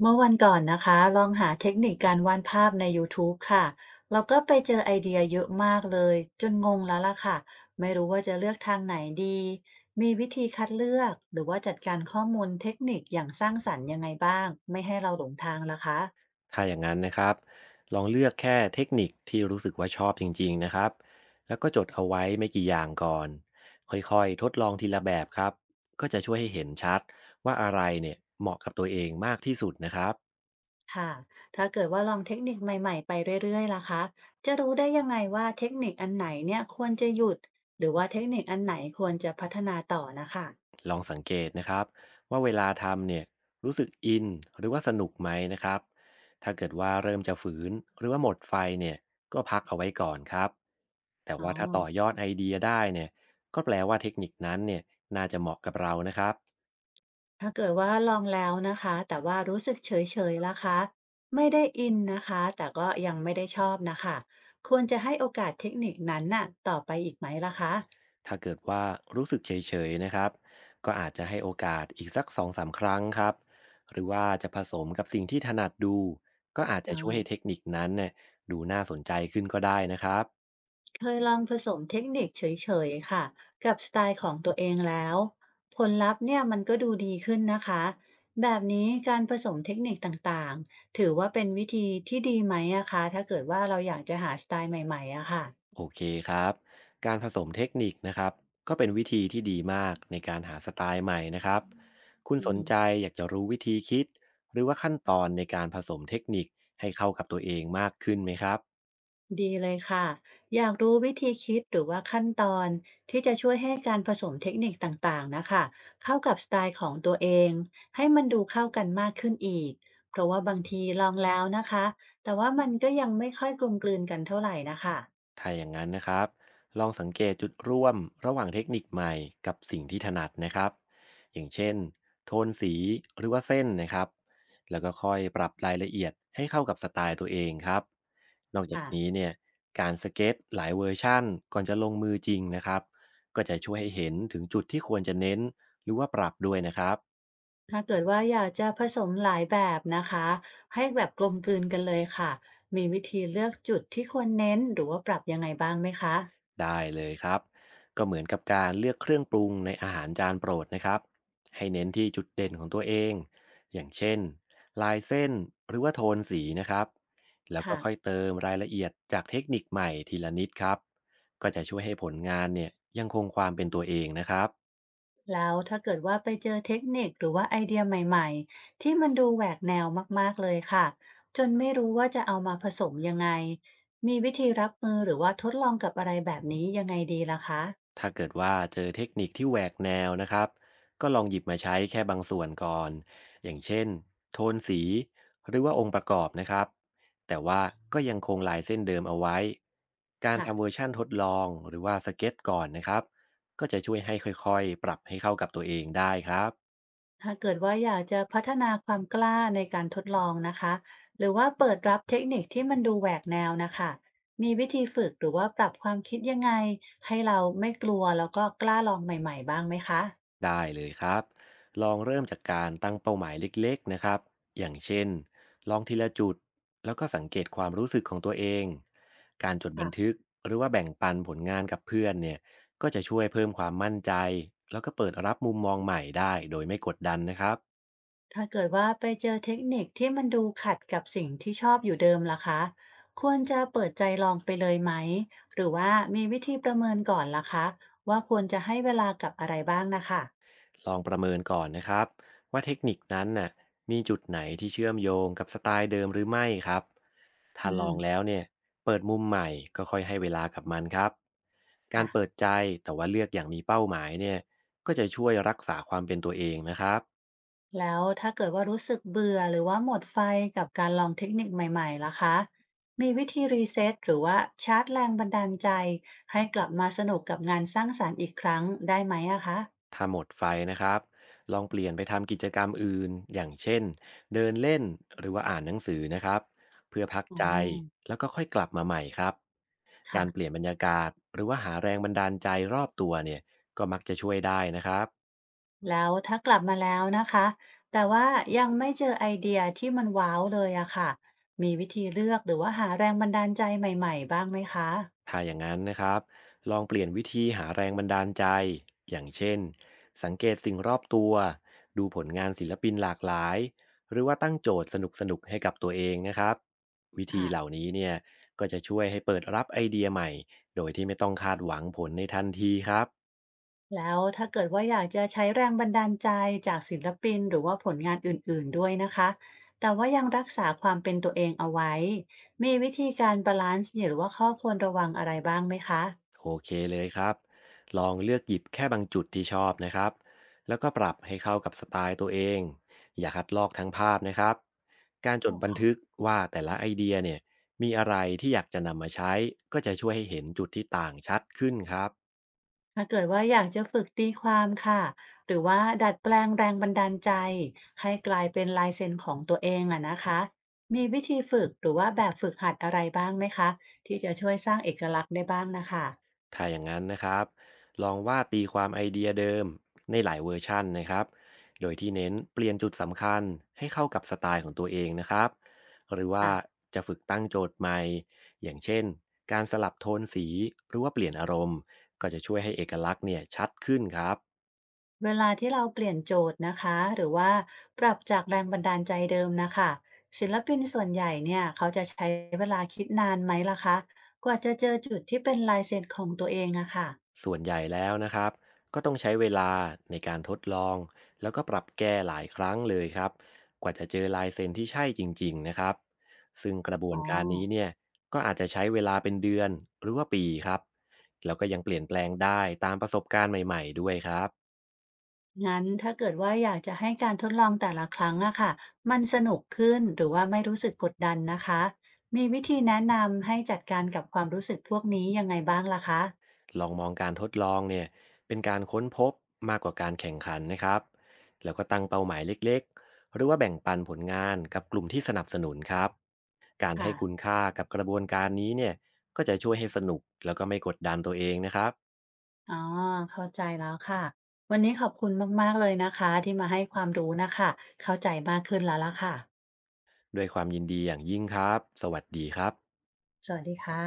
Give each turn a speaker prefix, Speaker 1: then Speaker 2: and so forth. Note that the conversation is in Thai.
Speaker 1: เมื่อวันก่อนนะคะลองหาเทคนิคการวาดภาพใน YouTube ค่ะเราก็ไปเจอไอเดียเยอะมากเลยจนงงแล้วล่ะค่ะไม่รู้ว่าจะเลือกทางไหนดีมีวิธีคัดเลือกหรือว่าจัดการข้อมูลเทคนิคอย่างสร้างสรรค์ยังไงบ้างไม่ให้เราหลงทางล่ะคะ
Speaker 2: ถ้าอย่างนั้นนะครับลองเลือกแค่เทคนิคที่รู้สึกว่าชอบจริงๆนะครับแล้วก็จดเอาไว้ไม่กี่อย่างก่อนค่อยๆทดลองทีละแบบครับก็จะช่วยให้เห็นชัดว่าอะไรเนี่ยเหมาะกับตัวเองมากที่สุดนะครับ
Speaker 1: ค่ะถ้าเกิดว่าลองเทคนิคใหม่ๆไปเรื่อยๆล่ะคะจะรู้ได้ยังไงว่าเทคนิคอันไหนเนี่ยควรจะหยุดหรือว่าเทคนิคอันไหนควรจะพัฒนาต่อนะคะ
Speaker 2: ลองสังเกตนะครับว่าเวลาทำเนี่ยรู้สึกอินหรือว่าสนุกไหมนะครับถ้าเกิดว่าเริ่มจะฝืนหรือว่าหมดไฟเนี่ยก็พักเอาไว้ก่อนครับแต่
Speaker 1: อ๋อ
Speaker 2: ว่าถ้าต่อยอดไอเดียได้เนี่ยก็แปลว่าเทคนิคนั้นเนี่ยน่าจะเหมาะกับเรานะครับ
Speaker 1: ถ้าเกิดว่าลองแล้วนะคะแต่ว่ารู้สึกเฉยๆล่ะคะไม่ได้อินนะคะแต่ก็ยังไม่ได้ชอบนะคะควรจะให้โอกาสเทคนิคนั้นน่ะต่อไปอีกไหมล่ะคะ
Speaker 2: ถ้าเกิดว่ารู้สึกเฉยๆนะครับก็อาจจะให้โอกาสอีกสัก2มครั้งครับหรือว่าจะผสมกับสิ่งที่ถนัดดูก็อาจจะ
Speaker 1: อ่า
Speaker 2: ช่วยให้เทคนิคนั้นเนี่ยดูน่าสนใจขึ้นก็ได้นะครับ
Speaker 1: เคยลองผสมเทคนิคเฉยๆค่ะกับสไตล์ของตัวเองแล้วผลลัพธ์เนี่ยมันก็ดูดีขึ้นนะคะแบบนี้การผสมเทคนิคต่างๆถือว่าเป็นวิธีที่ดีไหมอะคะถ้าเกิดว่าเราอยากจะหาสไตล์ใหม่ๆอะค่ะ
Speaker 2: โอเคครับการผสมเทคนิคนะครับก็เป็นวิธีที่ดีมากในการหาสไตล์ใหม่นะครับคุณ
Speaker 1: อื
Speaker 2: สน
Speaker 1: ม
Speaker 2: ใจอยากจะรู้วิธีคิดหรือว่าขั้นตอนในการผสมเทคนิคให้เข้ากับตัวเองมากขึ้นไหมครับ
Speaker 1: ดีเลยค่ะอยากรู้วิธีคิดหรือว่าขั้นตอนที่จะช่วยให้การผสมเทคนิคต่างๆนะคะเข้ากับสไตล์ของตัวเองให้มันดูเข้ากันมากขึ้นอีก เพราะว่าบางทีลองแล้วนะคะแต่ว่ามันก็ยังไม่ค่อยกลมกลืนกันเท่าไหร่นะคะ
Speaker 2: ถ้าอย่างนั้นนะครับลองสังเกตจุดร่วมระหว่างเทคนิคใหม่กับสิ่งที่ถนัดนะครับอย่างเช่นโทนสีหรือว่าเส้นนะครับแล้วก็ค่อยปรับรายละเอียดให้เข้ากับสไตล์ตัวเองครับนอกจาก
Speaker 1: ค่ะ
Speaker 2: นี้เนี่ยการสเก็ตหลายเวอร์ชั่นก่อนจะลงมือจริงนะครับก็จะช่วยให้เห็นถึงจุดที่ควรจะเน้นหรือว่าปรับด้วยนะครับ
Speaker 1: ถ้าเกิดว่าอยากจะผสมหลายแบบนะคะให้แบบกลมกลืนกันเลยค่ะมีวิธีเลือกจุดที่ควรเน้นหรือว่าปรับยังไงบ้างไหมคะ
Speaker 2: ได้เลยครับก็เหมือนกับการเลือกเครื่องปรุงในอาหารจานโปรดนะครับให้เน้นที่จุดเด่นของตัวเองอย่างเช่นลายเส้นหรือว่าโทนสีนะครับแล้วก็
Speaker 1: ค่ะ
Speaker 2: ค่อยเติมรายละเอียดจากเทคนิคใหม่ทีละนิดครับก็จะช่วยให้ผลงานเนี่ยยังคงความเป็นตัวเองนะครับ
Speaker 1: แล้วถ้าเกิดว่าไปเจอเทคนิคหรือว่าไอเดียใหม่ๆที่มันดูแหวกแนวมากๆเลยค่ะจนไม่รู้ว่าจะเอามาผสมยังไงมีวิธีรับมือหรือว่าทดลองกับอะไรแบบนี้ยังไงดีล่ะคะ
Speaker 2: ถ้าเกิดว่าเจอเทคนิคที่แหวกแนวนะครับก็ลองหยิบมาใช้แค่บางส่วนก่อนอย่างเช่นโทนสีหรือว่าองค์ประกอบนะครับแต่ว่าก็ยังคงลายเส้นเดิมเอาไว้การ
Speaker 1: ค่ะ
Speaker 2: ทำเวอร์ชั่นทดลองหรือว่าสเก็ตก่อนนะครับก็จะช่วยให้ค่อยๆปรับให้เข้ากับตัวเองได้ครับ
Speaker 1: ถ้าเกิดว่าอยากจะพัฒนาความกล้าในการทดลองนะคะหรือว่าเปิดรับเทคนิคที่มันดูแหวกแนวนะคะมีวิธีฝึกหรือว่าปรับความคิดยังไงให้เราไม่กลัวแล้วก็กล้าลองใหม่ๆบ้างไหมคะ
Speaker 2: ได้เลยครับลองเริ่มจากการตั้งเป้าหมายเล็กๆนะครับอย่างเช่นลองทีละจุดแล้วก็สังเกตความรู้สึกของตัวเองการจดบัน
Speaker 1: ค่ะ
Speaker 2: ทึกหรือว่าแบ่งปันผลงานกับเพื่อนเนี่ยก็จะช่วยเพิ่มความมั่นใจแล้วก็เปิดรับมุมมองใหม่ได้โดยไม่กดดันนะครับ
Speaker 1: ถ้าเกิดว่าไปเจอเทคนิคที่มันดูขัดกับสิ่งที่ชอบอยู่เดิมล่ะคะควรจะเปิดใจลองไปเลยไหมหรือว่ามีวิธีประเมินก่อนล่ะคะว่าควรจะให้เวลากับอะไรบ้างนะคะ
Speaker 2: ลองประเมินก่อนนะครับว่าเทคนิคนั้นน่ะมีจุดไหนที่เชื่อมโยงกับสไตล์เดิมหรือไม่ครับถ้า
Speaker 1: อื
Speaker 2: ลอ
Speaker 1: ม
Speaker 2: งแล้วเนี่ยเปิดมุมใหม่ก็ค่อยให้เวลากับมันครับการ
Speaker 1: ค่ะ
Speaker 2: เปิดใจแต่ว่าเลือกอย่างมีเป้าหมายเนี่ยก็จะช่วยรักษาความเป็นตัวเองนะครับ
Speaker 1: แล้วถ้าเกิดว่ารู้สึกเบื่อหรือว่าหมดไฟกับการลองเทคนิคใหม่ๆล่ะคะมีวิธีรีเซ็ตหรือว่าชาร์จแรงบันดาลใจให้กลับมาสนุกกับงานสร้างสรรค์อีกครั้งได้ไหมอะคะ
Speaker 2: ถ้าหมดไฟนะครับ ลองเปลี่ยนไปทำกิจกรรมอื่นอย่างเช่นเดินเล่นหรือว่าอ่านหนังสือนะครับเพื่อพัก
Speaker 1: อ๋อ
Speaker 2: ใจแล้วก็ค่อยกลับมาใหม่ครับการเปลี่
Speaker 1: ค่ะ
Speaker 2: ยนบรรยากาศหรือว่าหาแรงบันดาลใจรอบตัวเนี่ยก็มักจะช่วยได้นะครับ
Speaker 1: แล้วถ้ากลับมาแล้วนะคะแต่ว่ายังไม่เจอไอเดียที่มันว้าวเลยอะค่ะมีวิธีเลือกหรือว่าหาแรงบันดาลใจใหม่ๆบ้างไหมคะ
Speaker 2: ถ้าอย่างนั้นนะครับ ลองเปลี่ยนวิธีหาแรงบันดาลใจ อย่างเช่น สังเกตสิ่งรอบตัว ดูผลงานศิลปินหลากหลาย หรือว่าตั้งโจทย์สนุกๆให้กับตัวเองนะครับ วิธี
Speaker 1: ค่ะ
Speaker 2: เหล่านี้เนี่ย ก็จะช่วยให้เปิดรับไอเดียใหม่ โดยที่ไม่ต้องคาดหวังผลในทันทีครับ
Speaker 1: แล้วถ้าเกิดว่าอยากจะใช้แรงบันดาลใจจากศิลปินหรือว่าผลงานอื่นๆด้วยนะคะแต่ว่ายังรักษาความเป็นตัวเองเอาไว้มีวิธีการบาลานซ์หรือว่าข้อควรระวังอะไรบ้างไหมคะ
Speaker 2: โอเคเลยครับ ลองเลือกหยิบแค่บางจุดที่ชอบนะครับ แล้วก็ปรับให้เข้ากับสไตล์ตัวเอง อย่าคัดลอกทั้งภาพนะครับ การจดบันทึกว่าแต่ละไอเดียเนี่ยมีอะไรที่อยากจะนำมาใช้ ก็จะช่วยให้เห็นจุดที่ต่างชัดขึ้นครับ
Speaker 1: ถ้าเกิดว่าอยากจะฝึกตีความค่ะหรือว่าดัดแปลงแรงบันดาลใจให้กลายเป็นลายเซ็นของตัวเองอะนะคะมีวิธีฝึกหรือว่าแบบฝึกหัดอะไรบ้างไหมคะที่จะช่วยสร้างเอกลักษณ์ได้บ้างนะคะ
Speaker 2: ถ้าอย่างนั้นนะครับ ลองว่าตีความไอเดียเดิมในหลายเวอร์ชันนะครับ โดยที่เน้นเปลี่ยนจุดสำคัญให้เข้ากับสไตล์ของตัวเองนะครับ หรือว่า
Speaker 1: อ่ะ
Speaker 2: จะฝึกตั้งโจทย์ใหม่ อย่างเช่นการสลับโทนสีหรือว่าเปลี่ยนอารมณ์ ก็จะช่วยให้เอกลักษณ์เนี่ยชัดขึ้นครับ
Speaker 1: เวลาที่เราเปลี่ยนโจทย์นะคะหรือว่าปรับจากแรงบันดาลใจเดิมนะคะศิลปินส่วนใหญ่เนี่ยเขาจะใช้เวลาคิดนานไหมล่ะคะกว่าจะเจอจุดที่เป็นลายเซ็นของตัวเองอะค่ะ
Speaker 2: ส่วนใหญ่แล้วนะครับก็ต้องใช้เวลาในการทดลองแล้วก็ปรับแก้หลายครั้งเลยครับกว่าจะเจอลายเซ็นที่ใช่จริงๆนะครับซึ่งกระบว
Speaker 1: อ๋
Speaker 2: น
Speaker 1: อ
Speaker 2: การนี้เนี่ยก็อาจจะใช้เวลาเป็นเดือนหรือว่าปีครับแล้วก็ยังเปลี่ยนแปลงได้ตามประสบการณ์ใหม่ๆด้วยครับ
Speaker 1: งั้นถ้าเกิดว่าอยากจะให้การทดลองแต่ละครั้งอะค่ะมันสนุกขึ้นหรือว่าไม่รู้สึกกดดันนะคะมีวิธีแนะนำให้จัดการกับความรู้สึกพวกนี้ยังไงบ้างล่ะคะ
Speaker 2: ลองมองการทดลองเนี่ยเป็นการค้นพบมากกว่าการแข่งขันนะครับแล้วก็ตั้งเป้าหมายเล็กๆหรือว่าแบ่งปันผลงานกับกลุ่มที่สนับสนุนครับการให้
Speaker 1: ค่ะ
Speaker 2: คุณค่ากับกระบวนการนี้เนี่ยก็จะช่วยให้สนุกแล้วก็ไม่กดดันตัวเองนะครับ
Speaker 1: อ๋อเข้าใจแล้วค่ะวันนี้ขอบคุณมากๆเลยนะคะที่มาให้ความรู้นะคะเข้าใจมากขึ้นแล้วล่ะค่ะ
Speaker 2: ด้วยความยินดีอย่างยิ่งครับสวัสดีครับ
Speaker 1: สวัสดีค่ะ